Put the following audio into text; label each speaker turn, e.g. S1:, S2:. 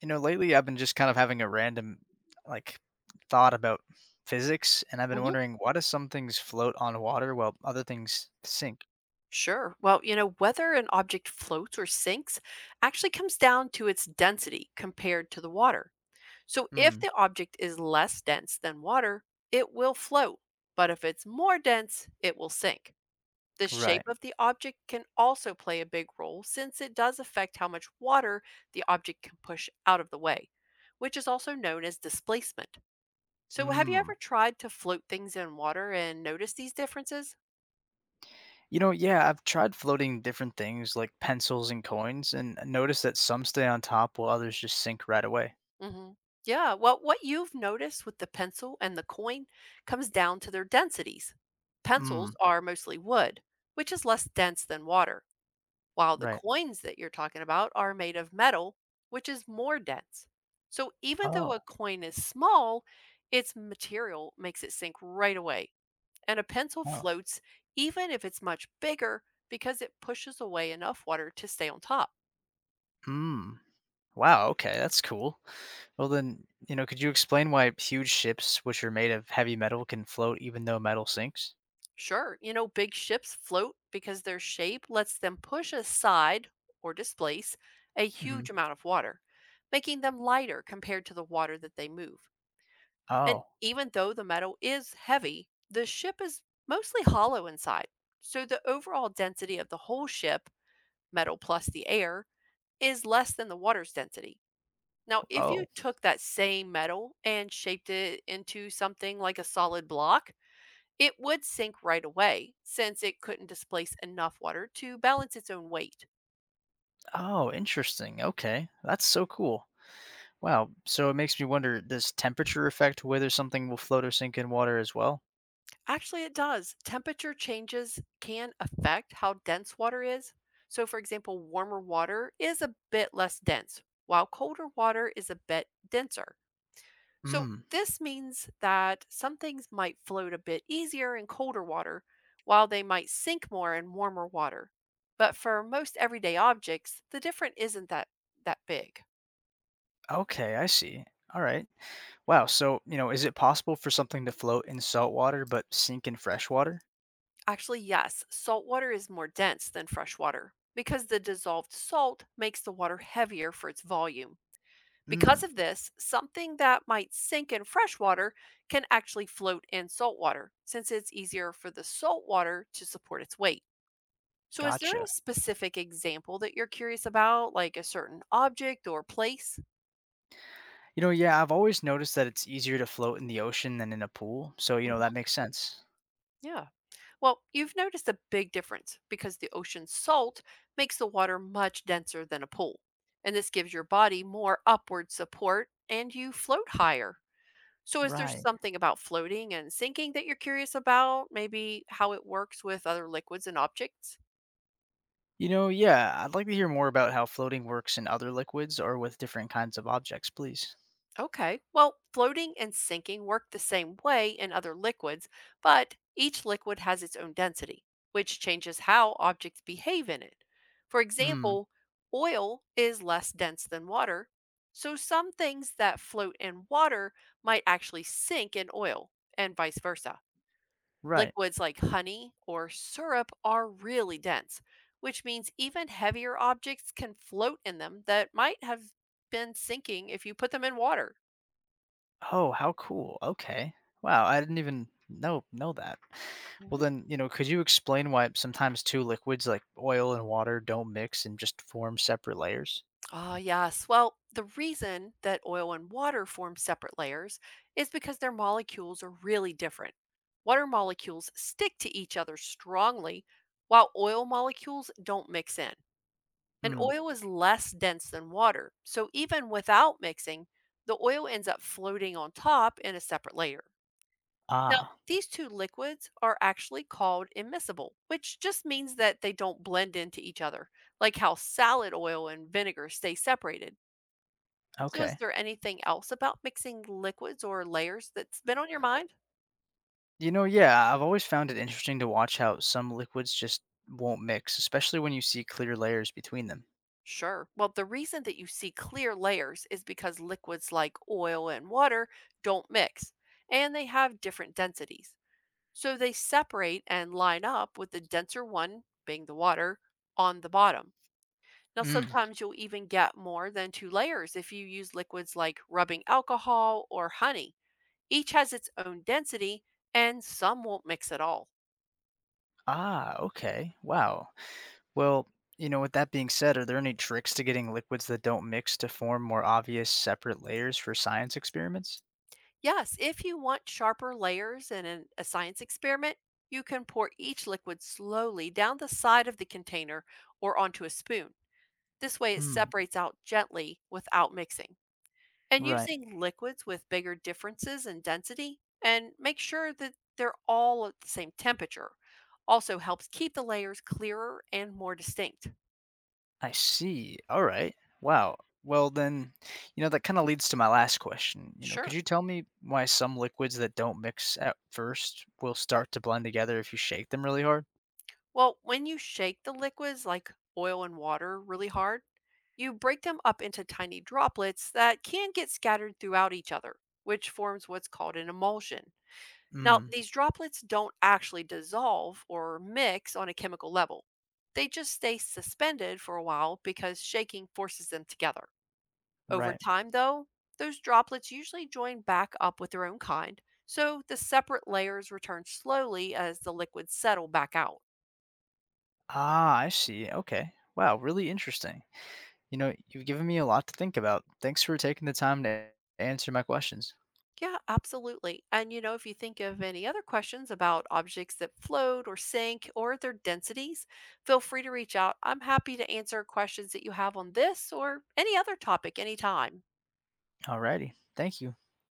S1: Lately I've been just kind of having a random like thought about physics, and I've been
S2: Mhm.
S1: wondering, why do some things float on water while other things sink?
S2: Sure. Well, you know, whether an object floats or sinks actually comes down to its density compared to the water. So if
S1: Hmm.
S2: the object is less dense than water, it will float. But if it's more dense, it will sink. The shape
S1: Right.
S2: of the object can also play a big role since it does affect how much water the object can push out of the way, which is also known as displacement. So, have you
S1: Hmm.
S2: ever tried to float things in water and noticed these differences?
S1: Yeah, I've tried floating different things like pencils and coins, and noticed that some stay on top while others just sink right away.
S2: hmm Yeah. Well, what you've noticed with the pencil and the coin comes down to their densities.
S1: Hmm.
S2: Pencils are mostly wood, which is less dense than water, while the
S1: Right.
S2: coins that you're talking about are made of metal, which is more dense. So even though
S1: Oh.
S2: a coin is small, its material makes it sink right away. And a pencil
S1: Oh.
S2: floats even if it's much bigger because it pushes away enough water to stay on top.
S1: Hmm. Wow. Okay, that's cool. Well, then, could you explain why huge ships, which are made of heavy metal, can float even though metal sinks?
S2: Sure, you know, big ships float because their shape lets them push aside or displace a
S1: Hmm.
S2: huge amount of water, making them lighter compared to the water that they move. And
S1: Oh.
S2: even though the metal is heavy, the ship is mostly hollow inside. So the overall density of the whole ship, metal plus the air, is less than the water's density. Now, if you
S1: Oh.
S2: took that same metal and shaped it into something like a solid block, it would sink right away since it couldn't displace enough water to balance its own weight.
S1: Oh, interesting. Okay. That's so cool. Wow. So it makes me wonder, does temperature affect whether something will float or sink in water as well?
S2: Actually, it does. Temperature changes can affect how dense water is. So, for example, warmer water is a bit less dense, while colder water is a bit denser. So,
S1: Mm.
S2: this means that some things might float a bit easier in colder water, while they might sink more in warmer water. But for most everyday objects, the difference isn't that big.
S1: Okay, I see. All right. Wow. So, is it possible for something to float in salt water but sink in fresh water?
S2: Actually, yes, salt water is more dense than fresh water because the dissolved salt makes the water heavier for its volume. Because
S1: Mm.
S2: of this, something that might sink in fresh water can actually float in salt water since it's easier for the salt water to support its weight. So, is there
S1: Gotcha.
S2: a specific example that you're curious about, like a certain object or place?
S1: Yeah, I've always noticed that it's easier to float in the ocean than in a pool. So, that
S2: Mhm.
S1: makes sense.
S2: Yeah. Well, you've noticed a big difference because the ocean's salt makes the water much denser than a pool. And this gives your body more upward support and you float higher. So, is there
S1: Right.
S2: something about floating and sinking that you're curious about? Maybe how it works with other liquids and objects?
S1: Yeah, I'd like to hear more about how floating works in other liquids or with different kinds of objects, please.
S2: Okay. Well, floating and sinking work the same way in other liquids, but each liquid has its own density, which changes how objects behave in it. For
S1: Mm.
S2: example, oil is less dense than water, so some things that float in water might actually sink in oil, and vice versa.
S1: Right.
S2: Liquids like honey or syrup are really dense, which means even heavier objects can float in them that might have been sinking if you put them in water.
S1: Oh, how cool. Okay. Wow, I didn't even know that. Well then, could you explain why sometimes two liquids like oil and water don't mix and just form separate layers?
S2: Ah, yes. Well, the reason that oil and water form separate layers is because their molecules are really different. Water molecules stick to each other strongly, while oil molecules don't mix in. And
S1: Hmm.
S2: oil is less dense than water, so even without mixing, the oil ends up floating on top in a separate layer. Now,
S1: Ah,
S2: these two liquids are actually called immiscible, which just means that they don't blend into each other, like how salad oil and vinegar stay separated. So is
S1: okay.
S2: there anything else about mixing liquids or layers that's been on your mind?
S1: Yeah, I've always found it interesting to watch how some liquids just won't mix, especially when you see clear layers between them.
S2: Sure. Well, the reason that you see clear layers is because liquids like oil and water don't mix, and they have different densities. So they separate and line up with the denser one, being the water, on the bottom. Now,
S1: Mm.
S2: sometimes you'll even get more than two layers if you use liquids like rubbing alcohol or honey. Each has its own density, and some won't mix at all.
S1: Ah, okay. Wow. Well, with that being said, are there any tricks to getting liquids that don't mix to form more obvious separate layers for science experiments?
S2: Yes, if you want sharper layers in a science experiment, you can pour each liquid slowly down the side of the container or onto a spoon. This way, it
S1: Hmm.
S2: separates out gently without mixing. And
S1: Right.
S2: using liquids with bigger differences in density and make sure that they're all at the same temperature also helps keep the layers clearer and more distinct.
S1: I see. All right. Wow. Well, then, that kind of leads to my last question. Could
S2: Sure.
S1: you tell me why some liquids that don't mix at first will start to blend together if you shake them really hard?
S2: Well, when you shake the liquids like oil and water really hard, you break them up into tiny droplets that can get scattered throughout each other, which forms what's called an emulsion. Now,
S1: Mm,
S2: these droplets don't actually dissolve or mix on a chemical level. They just stay suspended for a while because shaking forces them together. Over
S1: right.
S2: time, though, those droplets usually join back up with their own kind, so the separate layers return slowly as the liquids settle back out.
S1: Ah, I see. Okay. Wow. Really interesting. You've given me a lot to think about. Thanks for taking the time to answer my questions.
S2: Yeah, absolutely. And you know, if you think of any other questions about objects that float or sink or their densities, feel free to reach out. I'm happy to answer questions that you have on this or any other topic anytime.
S1: Alrighty. Thank you.